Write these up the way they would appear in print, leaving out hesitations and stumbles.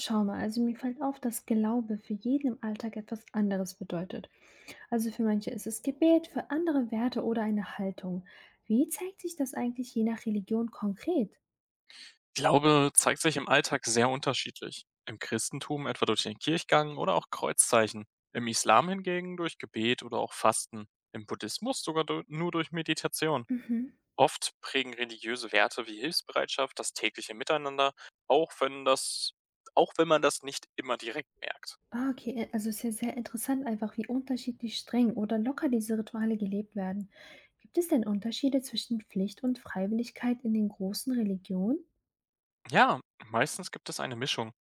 Schau mal, also mir fällt auf, dass Glaube für jeden im Alltag etwas anderes bedeutet. Also für manche ist es Gebet, für andere Werte oder eine Haltung. Wie zeigt sich das eigentlich je nach Religion konkret? Glaube zeigt sich im Alltag sehr unterschiedlich. Im Christentum etwa durch den Kirchgang oder auch Kreuzzeichen, im Islam hingegen durch Gebet oder auch Fasten, im Buddhismus sogar nur durch Meditation. Mhm. Oft prägen religiöse Werte wie Hilfsbereitschaft das tägliche Miteinander, auch wenn das auch wenn man das nicht immer direkt merkt. Ah, okay, also es ist ja sehr interessant einfach, wie unterschiedlich streng oder locker diese Rituale gelebt werden. Gibt es denn Unterschiede zwischen Pflicht und Freiwilligkeit in den großen Religionen? Ja, meistens gibt es eine Mischung.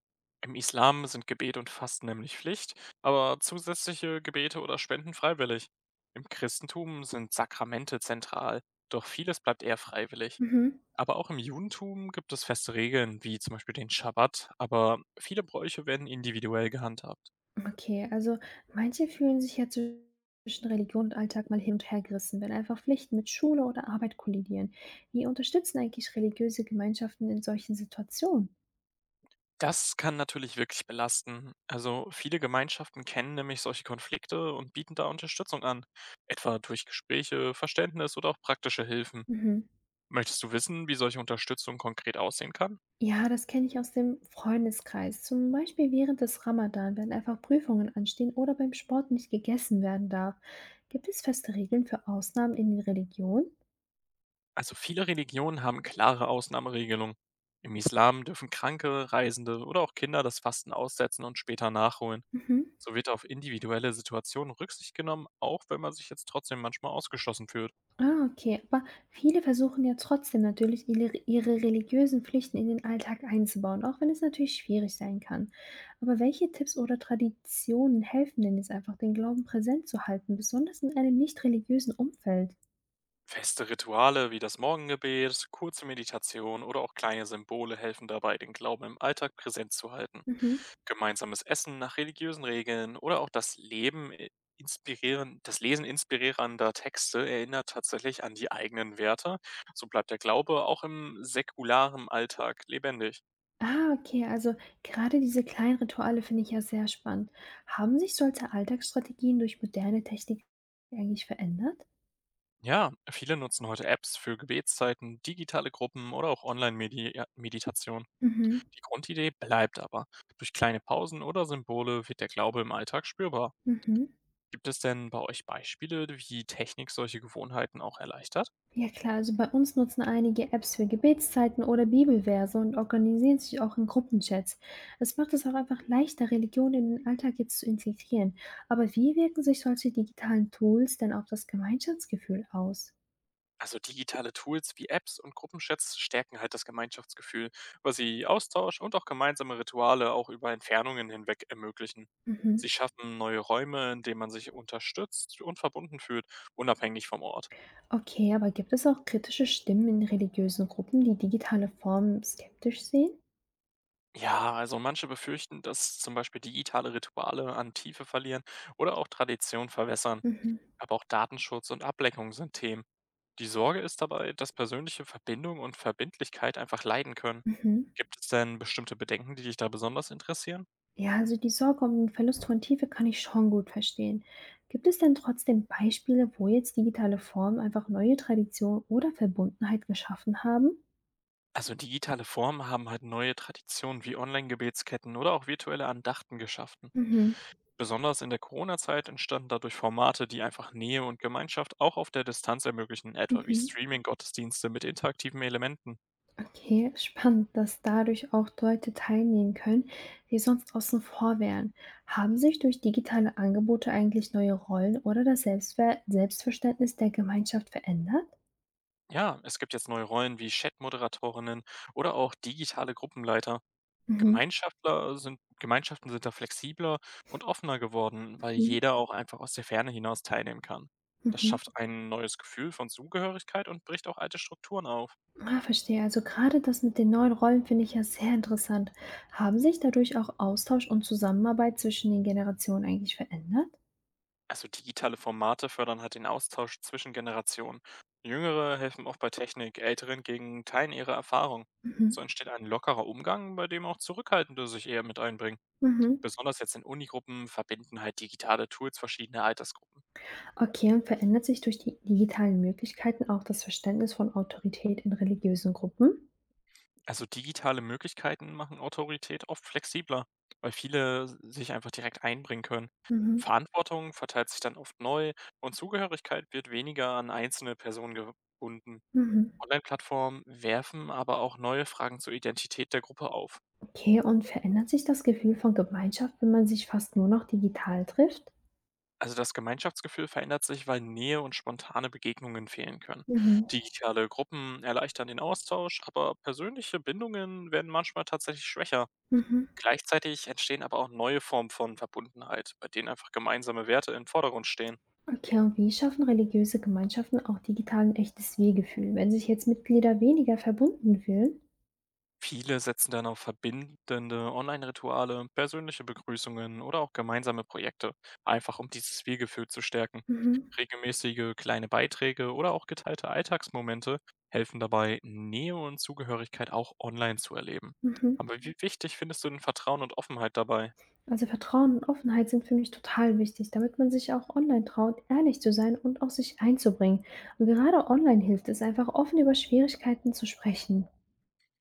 Im Islam sind Gebet und Fasten nämlich Pflicht, aber zusätzliche Gebete oder Spenden freiwillig. Im Christentum sind Sakramente zentral, doch vieles bleibt eher freiwillig. Mhm. Aber auch im Judentum gibt es feste Regeln, wie zum Beispiel den Schabbat, aber viele Bräuche werden individuell gehandhabt. Okay, also manche fühlen sich ja zwischen Religion und Alltag mal hin und her gerissen, wenn einfach Pflichten mit Schule oder Arbeit kollidieren. Wie unterstützen eigentlich religiöse Gemeinschaften in solchen Situationen? Das kann natürlich wirklich belasten. Also viele Gemeinschaften kennen nämlich solche Konflikte und bieten da Unterstützung an, etwa durch Gespräche, Verständnis oder auch praktische Hilfen. Mhm. Möchtest du wissen, wie solche Unterstützung konkret aussehen kann? Ja, das kenne ich aus dem Freundeskreis. Zum Beispiel während des Ramadan, wenn einfach Prüfungen anstehen oder beim Sport nicht gegessen werden darf. Gibt es feste Regeln für Ausnahmen in den Religionen? Also viele Religionen haben klare Ausnahmeregelungen. Im Islam dürfen Kranke, Reisende oder auch Kinder das Fasten aussetzen und später nachholen. Mhm. So wird auf individuelle Situationen Rücksicht genommen, auch wenn man sich jetzt trotzdem manchmal ausgeschlossen fühlt. Ah, okay. Aber viele versuchen ja trotzdem natürlich, ihre religiösen Pflichten in den Alltag einzubauen, auch wenn es natürlich schwierig sein kann. Aber welche Tipps oder Traditionen helfen denn jetzt einfach, den Glauben präsent zu halten, besonders in einem nicht religiösen Umfeld? Feste Rituale wie das Morgengebet, kurze Meditation oder auch kleine Symbole helfen dabei, den Glauben im Alltag präsent zu halten. Mhm. Gemeinsames Essen nach religiösen Regeln oder auch das Lesen inspirierender Texte erinnert tatsächlich an die eigenen Werte. So bleibt der Glaube auch im säkularen Alltag lebendig. Ah, okay. Also gerade diese kleinen Rituale finde ich ja sehr spannend. Haben sich solche Alltagsstrategien durch moderne Technik eigentlich verändert? Ja, viele nutzen heute Apps für Gebetszeiten, digitale Gruppen oder auch Online-Meditation. Mhm. Die Grundidee bleibt aber. Durch kleine Pausen oder Symbole wird der Glaube im Alltag spürbar. Mhm. Gibt es denn bei euch Beispiele, wie Technik solche Gewohnheiten auch erleichtert? Ja klar, also bei uns nutzen einige Apps für Gebetszeiten oder Bibelverse und organisieren sich auch in Gruppenchats. Es macht es auch einfach leichter, Religion in den Alltag jetzt zu integrieren. Aber wie wirken sich solche digitalen Tools denn auf das Gemeinschaftsgefühl aus? Also digitale Tools wie Apps und Gruppenchats stärken halt das Gemeinschaftsgefühl, weil sie Austausch und auch gemeinsame Rituale auch über Entfernungen hinweg ermöglichen. Mhm. Sie schaffen neue Räume, in denen man sich unterstützt und verbunden fühlt, unabhängig vom Ort. Okay, aber gibt es auch kritische Stimmen in religiösen Gruppen, die digitale Formen skeptisch sehen? Ja, also manche befürchten, dass zum Beispiel digitale Rituale an Tiefe verlieren oder auch Tradition verwässern. Mhm. Aber auch Datenschutz und Ablenkung sind Themen. Die Sorge ist dabei, dass persönliche Verbindung und Verbindlichkeit einfach leiden können. Mhm. Gibt es denn bestimmte Bedenken, die dich da besonders interessieren? Ja, also die Sorge um den Verlust von Tiefe kann ich schon gut verstehen. Gibt es denn trotzdem Beispiele, wo jetzt digitale Formen einfach neue Tradition oder Verbundenheit geschaffen haben? Also digitale Formen haben halt neue Traditionen wie Online-Gebetsketten oder auch virtuelle Andachten geschaffen. Mhm. Besonders in der Corona-Zeit entstanden dadurch Formate, die einfach Nähe und Gemeinschaft auch auf der Distanz ermöglichen, etwa wie Mhm. Streaming-Gottesdienste mit interaktiven Elementen. Okay, spannend, dass dadurch auch Leute teilnehmen können, die sonst außen vor wären. Haben sich durch digitale Angebote eigentlich neue Rollen oder das Selbstverständnis der Gemeinschaft verändert? Ja, es gibt jetzt neue Rollen wie Chat-Moderatorinnen oder auch digitale Gruppenleiter. Mhm. Gemeinschaften sind da flexibler und offener geworden, weil Mhm. jeder auch einfach aus der Ferne hinaus teilnehmen kann. Das Mhm. schafft ein neues Gefühl von Zugehörigkeit und bricht auch alte Strukturen auf. Ah, verstehe. Also gerade das mit den neuen Rollen finde ich ja sehr interessant. Haben sich dadurch auch Austausch und Zusammenarbeit zwischen den Generationen eigentlich verändert? Also digitale Formate fördern halt den Austausch zwischen Generationen. Jüngere helfen oft bei Technik, Ältere hingegen teilen ihre Erfahrung. So Mhm. entsteht ein lockerer Umgang, bei dem auch Zurückhaltende sich eher mit einbringen. Mhm. Besonders jetzt in Unigruppen verbinden halt digitale Tools verschiedene Altersgruppen. Okay, und verändert sich durch die digitalen Möglichkeiten auch das Verständnis von Autorität in religiösen Gruppen? Also digitale Möglichkeiten machen Autorität oft flexibler, weil viele sich einfach direkt einbringen können. Mhm. Verantwortung verteilt sich dann oft neu und Zugehörigkeit wird weniger an einzelne Personen gebunden. Mhm. Online-Plattformen werfen aber auch neue Fragen zur Identität der Gruppe auf. Okay, und verändert sich das Gefühl von Gemeinschaft, wenn man sich fast nur noch digital trifft? Also das Gemeinschaftsgefühl verändert sich, weil Nähe und spontane Begegnungen fehlen können. Mhm. Digitale Gruppen erleichtern den Austausch, aber persönliche Bindungen werden manchmal tatsächlich schwächer. Mhm. Gleichzeitig entstehen aber auch neue Formen von Verbundenheit, bei denen einfach gemeinsame Werte im Vordergrund stehen. Okay, und wie schaffen religiöse Gemeinschaften auch digital ein echtes Wir-Gefühl, wenn sich jetzt Mitglieder weniger verbunden fühlen? Viele setzen dann auf verbindende Online-Rituale, persönliche Begrüßungen oder auch gemeinsame Projekte, einfach um dieses Wir-Gefühl zu stärken. Mhm, Regelmäßige kleine Beiträge oder auch geteilte Alltagsmomente helfen dabei, Nähe und Zugehörigkeit auch online zu erleben. mhm. Aber wie wichtig findest du denn Vertrauen und Offenheit dabei? Also Vertrauen und Offenheit sind für mich total wichtig, damit man sich auch online traut, ehrlich zu sein und auch sich einzubringen. Und gerade online hilft es einfach, offen über Schwierigkeiten zu sprechen.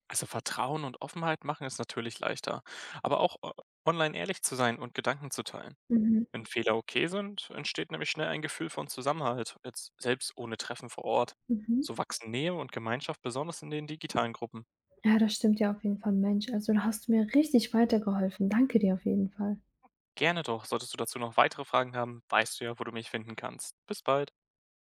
Also Vertrauen und Offenheit machen es natürlich leichter, aber auch online ehrlich zu sein und Gedanken zu teilen. Mhm, Wenn Fehler okay sind, entsteht nämlich schnell ein Gefühl von Zusammenhalt, jetzt selbst ohne Treffen vor Ort. mhm. So wachsen Nähe und Gemeinschaft besonders in den digitalen Gruppen. Ja, das stimmt ja auf jeden Fall, Mensch. Also da hast du mir richtig weitergeholfen. Danke dir auf jeden Fall. Gerne doch, solltest du dazu noch weitere Fragen haben, weißt du ja, wo du mich finden kannst. Bis bald.